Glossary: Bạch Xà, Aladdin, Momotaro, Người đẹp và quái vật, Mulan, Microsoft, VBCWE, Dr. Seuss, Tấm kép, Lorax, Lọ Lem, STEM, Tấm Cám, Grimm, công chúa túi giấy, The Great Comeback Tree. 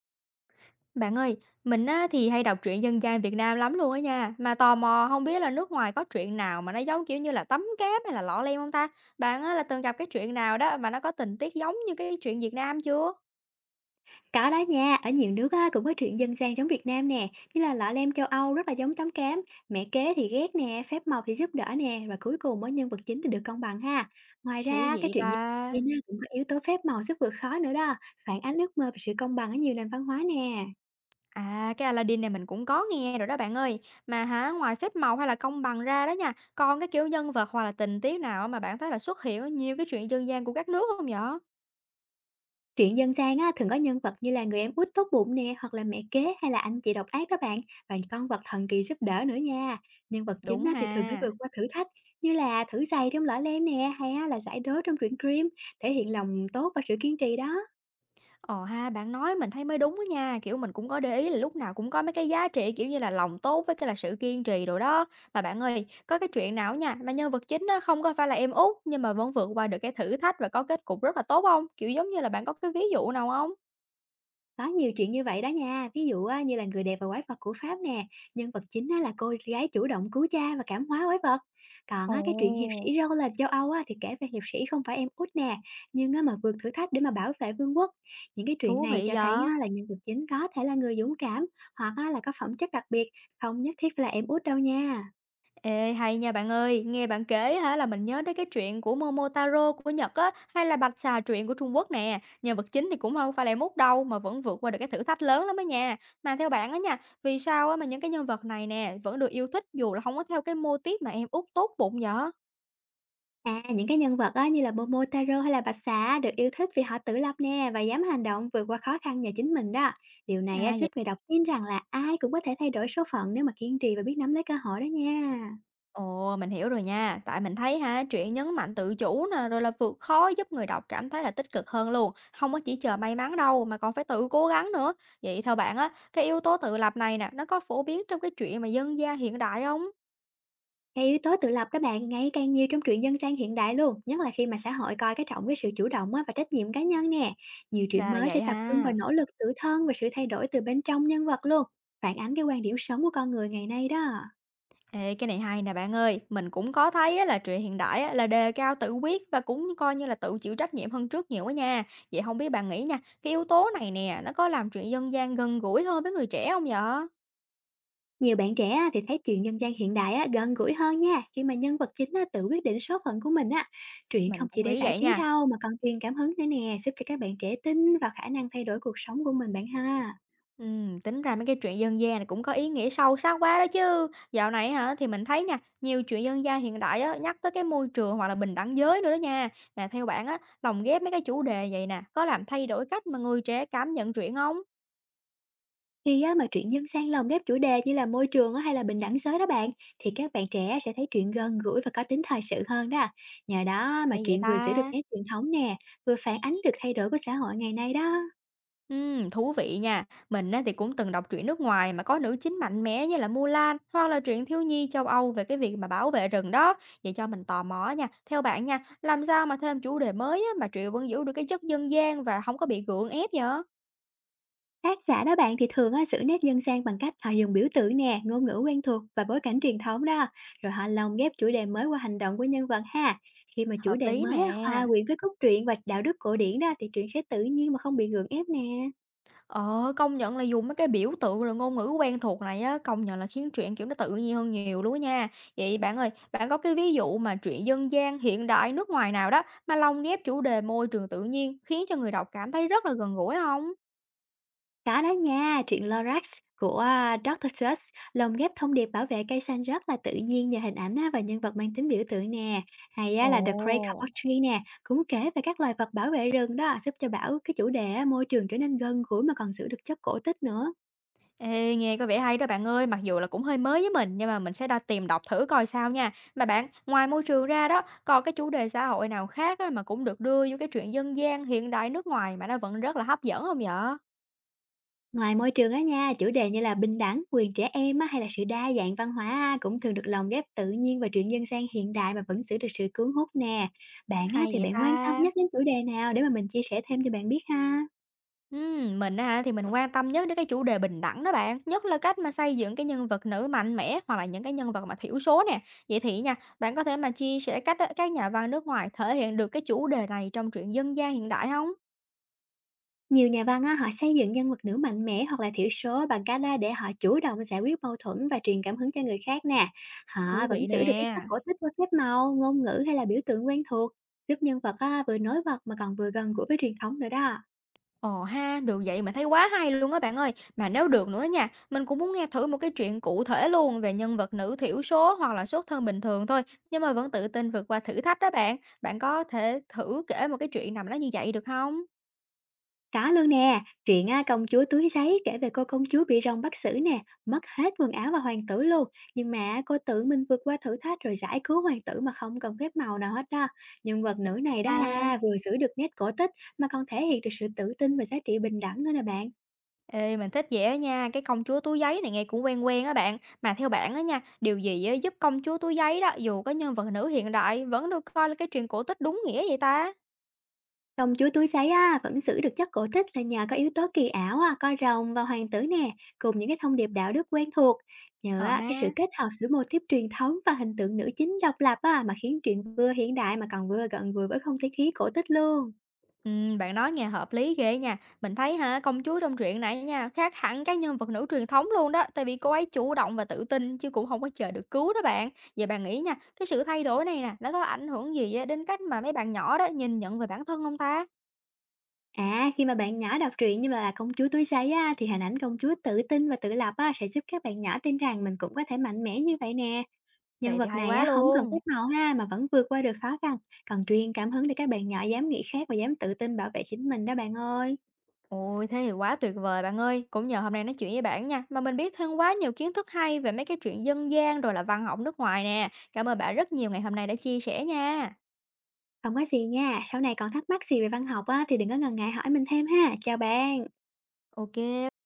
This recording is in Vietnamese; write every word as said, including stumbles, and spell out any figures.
Bạn ơi, mình á, thì hay đọc truyện dân gian Việt Nam lắm luôn á nha. Mà tò mò không biết là nước ngoài có truyện nào mà nó giống kiểu như là Tấm kép hay là Lọ Lem không ta? Bạn á, là từng gặp cái truyện nào đó mà nó có tình tiết giống như cái truyện Việt Nam chưa? Có đó nha, ở nhiều nước á, cũng có truyện dân gian giống Việt Nam nè, như là Lọ Lem châu Âu rất là giống Tấm Cám, mẹ kế thì ghét nè, phép màu thì giúp đỡ nè, và cuối cùng mỗi nhân vật chính thì được công bằng ha. Ngoài Thú ra cái vị truyện dân ta. gian á, cũng có yếu tố phép màu giúp vượt khó nữa đó, phản ánh ước mơ về sự công bằng ở nhiều nền văn hóa nè. À, cái Aladdin này mình cũng có nghe rồi đó bạn ơi. Mà hả, ngoài phép màu hay là công bằng ra đó nha, còn cái kiểu nhân vật hoặc là tình tiết nào mà bạn thấy là xuất hiện ở nhiều cái truyện dân gian của các nước không vậy? Truyện dân gian á, thường có nhân vật như là người em út tốt bụng nè, hoặc là mẹ kế hay là anh chị độc ác đó bạn, và con vật thần kỳ giúp đỡ nữa nha. Nhân vật chính Đúng á, ha. thì thường phải vượt qua thử thách như là thử giày trong lõi lem nè, hay á, là giải đố trong truyện Grimm, thể hiện lòng tốt và sự kiên trì đó. Ờ ha, bạn nói mình thấy mới đúng á nha, kiểu, mình cũng có để ý là lúc nào cũng có mấy cái giá trị, kiểu như là, lòng tốt với cái là sự kiên trì rồi đó. Mà bạn ơi, có cái chuyện nào á nha, mà nhân vật chính á không có phải là em út nhưng mà vẫn vượt qua được cái thử thách và có kết cục rất là tốt không? Kiểu, giống như là, bạn có cái ví dụ nào không? Có nhiều chuyện như vậy đó nha, ví dụ á, như là Người đẹp và quái vật của Pháp nè, nhân vật chính á, là cô gái chủ động cứu cha và cảm hóa quái vật. Còn Ồ! á, cái truyện hiệp sĩ râu là châu Âu á, thì kể về hiệp sĩ không phải em út nè, nhưng á, mà vượt thử thách để mà bảo vệ vương quốc. Những cái truyện Thú này vị cho thấy vậy! á, là nhân vật chính có thể là người dũng cảm hoặc á, là có phẩm chất đặc biệt, không nhất thiết phải là em út đâu nha. Ê, hay nha bạn ơi, nghe bạn kể hả là mình nhớ đến cái chuyện của Momotaro của Nhật á, hay là Bạch Xà truyện của Trung Quốc nè. Nhân vật chính thì cũng không phải là mút đâu mà vẫn vượt qua được cái thử thách lớn lắm á nha. Mà theo bạn á nha, vì sao á mà những cái nhân vật này nè vẫn được yêu thích dù là không có theo cái mô típ mà em út tốt bụng vậy? À, những cái nhân vật á, như là Momotaro hay là Bạch Xà á, được yêu thích vì họ tự lập nè và dám hành động vượt qua khó khăn nhờ chính mình đó. Điều này á, À. giúp người đọc tin rằng là ai cũng có thể thay đổi số phận nếu mà kiên trì và biết nắm lấy cơ hội đó nha. Ồ, mình hiểu rồi nha. Tại mình thấy ha, truyện nhấn mạnh tự chủ nè, rồi là vượt khó giúp người đọc cảm thấy là tích cực hơn luôn. Không có chỉ chờ may mắn đâu, mà còn phải tự cố gắng nữa. Vậy theo bạn á, cái yếu tố tự lập này nè, nó có phổ biến trong cái truyện mà dân gian hiện đại không? Cái yếu tố tự lập đó bạn ngày càng nhiều trong truyện dân gian hiện đại luôn, nhất là khi mà xã hội coi cái trọng cái sự chủ động á, và trách nhiệm cá nhân nè. Nhiều truyện Ra là mới sẽ vậy tập trung vào ha. nỗ lực tự thân và sự thay đổi từ bên trong nhân vật luôn, phản ánh cái quan điểm sống của con người ngày nay đó. Ê, cái này hay nè bạn ơi, mình cũng có thấy á, là truyện hiện đại á, là đề cao tự quyết và cũng coi như là tự chịu trách nhiệm hơn trước nhiều quá nha. Vậy không biết bạn nghĩ nha, cái yếu tố này nè, nó có làm truyện dân gian gần gũi hơn với người trẻ không vậy? Nhiều bạn trẻ á, thì thấy truyện dân gian hiện đại á, gần gũi hơn nha, khi mà nhân vật chính á, tự quyết định số phận của mình á. Truyện không Mình chỉ cũng để nghĩ giải vậy trí nha. đâu mà còn truyền cảm hứng nữa nè, giúp cho các bạn trẻ tin vào khả năng thay đổi cuộc sống của mình bạn ha. Ừm, tính ra mấy cái chuyện dân gian này cũng có ý nghĩa sâu sắc quá đó chứ. Dạo này hả thì mình thấy nha, nhiều chuyện dân gian hiện đại á, nhắc tới cái môi trường hoặc là bình đẳng giới nữa đó nha. Mà theo bạn á, lồng ghép mấy cái chủ đề vậy nè, có làm thay đổi cách mà người trẻ cảm nhận chuyện không? Khi á, mà truyện dân gian lồng ghép chủ đề như là môi trường á, hay là bình đẳng giới đó bạn, thì các bạn trẻ sẽ thấy truyện gần gũi và có tính thời sự hơn đó. Nhờ đó mà Hay vậy truyện vừa giữ được ta? nét truyền thống nè, vừa phản ánh được thay đổi của xã hội ngày nay đó. Ừm, thú vị nha. Mình á, thì cũng từng đọc truyện nước ngoài mà có nữ chính mạnh mẽ như là Mulan hoặc là truyện thiếu nhi châu Âu về cái việc mà bảo vệ rừng đó. Vậy cho mình tò mò nha. Theo bạn nha, làm sao mà thêm chủ đề mới á, mà truyện vẫn giữ được cái chất dân gian và không có bị gượng ép vậy? Tác giả đó bạn thì thường á, giữ nét dân gian bằng cách họ dùng biểu tượng nè, ngôn ngữ quen thuộc và bối cảnh truyền thống đó. Rồi họ lồng ghép chủ đề mới qua hành động của nhân vật ha. Khi mà chủ Hợp đề lý mới á, nè. hòa quyện với cốt truyện và đạo đức cổ điển đó thì truyện sẽ tự nhiên mà không bị gượng ép nè. Ờ, công nhận là dùng mấy cái biểu tượng rồi ngôn ngữ quen thuộc này á, công nhận là khiến truyện, kiểu, nó tự nhiên hơn nhiều luôn á nha. Vậy bạn ơi, bạn có cái ví dụ mà truyện dân gian hiện đại nước ngoài nào đó mà lồng ghép chủ đề môi trường tự nhiên khiến cho người đọc cảm thấy rất là gần gũi không? Có đó nha, truyện Lorax của, a, doctor Seuss lồng ghép thông điệp bảo vệ cây xanh rất là tự nhiên nhờ hình ảnh á và nhân vật mang tính biểu tượng nè. Hay á Ồ. là The Great Comeback Tree nè, cũng kể về các loài vật bảo vệ rừng đó, giúp cho bảo cái chủ đề á môi trường trở nên gần gũi mà còn giữ được chất cổ tích nữa. Ê, nghe có vẻ hay đó bạn ơi, mặc dù là cũng hơi mới với mình nhưng mà mình sẽ đo tìm đọc thử coi sao nha. Mà bạn, ngoài môi trường ra đó, còn cái chủ đề xã hội nào khác á mà cũng được đưa vô cái truyện dân gian hiện đại nước ngoài mà nó vẫn rất là hấp dẫn không vậy? Ngoài môi trường á nha, chủ đề như là bình đẳng, quyền trẻ em á hay là sự đa dạng văn hóa á cũng thường được lồng ghép tự nhiên và truyện dân gian hiện đại mà vẫn giữ được sự cuốn hút nè. Bạn á Hay thì vậy bạn quan tâm ta? nhất đến chủ đề nào để mà mình chia sẻ thêm cho bạn biết ha? Ừm, mình á hả, thì mình quan tâm nhất đến cái chủ đề bình đẳng đó bạn, nhất là cách mà xây dựng cái nhân vật nữ mạnh mẽ hoặc là những cái nhân vật mà thiểu số nè. Vậy thì nha, bạn có thể mà chia sẻ cách á, các nhà văn nước ngoài thể hiện được cái chủ đề này trong truyện dân gian hiện đại không? Nhiều nhà văn á, họ xây dựng nhân vật nữ mạnh mẽ hoặc là thiểu số bằng cách á, để họ chủ động giải quyết mâu thuẫn và truyền cảm hứng cho người khác nè. Họ Thú vẫn vị giữ được cái nè. chất cổ tích qua phép màu, ngôn ngữ hay là biểu tượng quen thuộc, giúp nhân vật á, vừa nổi bật mà còn vừa gần gũi với truyền thống nữa đó. Ồ ha, được vậy mình thấy quá hay luôn á bạn ơi. Mà nếu được nữa nha, mình cũng muốn nghe thử một cái chuyện cụ thể luôn về nhân vật nữ thiểu số hoặc là xuất thân bình thường thôi, nhưng mà vẫn tự tin vượt qua thử thách đó bạn. Bạn có thể thử kể một cái chuyện nào mà nó như vậy được không? Có luôn nè, truyện á, công chúa túi giấy kể về cô công chúa bị rồng bắt xử nè, mất hết quần áo và hoàng tử luôn. Nhưng mà cô tự mình vượt qua thử thách rồi giải cứu hoàng tử mà không cần phép màu nào hết đó. Nhân vật nữ này đó À. ha, vừa giữ được nét cổ tích mà còn thể hiện được sự tự tin và giá trị bình đẳng nữa nè bạn. Ê, mình thích vậy nha, cái công chúa túi giấy này nghe cũng quen quen á bạn. Mà theo bạn á nha, điều gì á giúp công chúa túi giấy đó, dù có nhân vật nữ hiện đại, vẫn được coi là cái truyện cổ tích đúng nghĩa vậy ta? Công chúa túi giấy á, vẫn giữ được chất cổ tích là nhờ có yếu tố kỳ ảo, à, coi rồng và hoàng tử nè, cùng những cái thông điệp đạo đức quen thuộc. Nhờ Ờ á, cái sự ha. kết hợp giữa mô típ truyền thống và hình tượng nữ chính độc lập á, mà khiến truyện vừa hiện đại mà còn vừa gần vừa với không khí khí cổ tích luôn. Ừm, bạn nói nghe hợp lý ghê nha. Mình thấy hả, công chúa trong truyện này nha, khác hẳn cái nhân vật nữ truyền thống luôn đó. Tại vì cô ấy chủ động và tự tin, chứ cũng không có chờ được cứu đó bạn. Vậy bạn nghĩ nha, cái sự thay đổi này nè, nó có ảnh hưởng gì á đến cách mà mấy bạn nhỏ đó nhìn nhận về bản thân không ta? À, khi mà bạn nhỏ đọc truyện như là công chúa túi giấy á, thì hình ảnh công chúa tự tin và tự lập á, sẽ giúp các bạn nhỏ tin rằng mình cũng có thể mạnh mẽ như vậy nè. Nhân Vậy thì vật hay này quá á, không cần phép luôn. màu ha, mà vẫn vượt qua được khó khăn, còn truyền cảm hứng để các bạn nhỏ dám nghĩ khác và dám tự tin bảo vệ chính mình đó bạn ơi. Ôi, thế thì quá tuyệt vời bạn ơi! Cũng nhờ hôm nay nói chuyện với bạn nha, mà mình biết thêm quá nhiều kiến thức hay về mấy cái chuyện dân gian rồi là văn học nước ngoài nè. Cảm ơn bạn rất nhiều ngày hôm nay đã chia sẻ nha. Không có gì nha, sau này còn thắc mắc gì về văn học á, thì đừng có ngần ngại hỏi mình thêm ha. Chào bạn. o kê.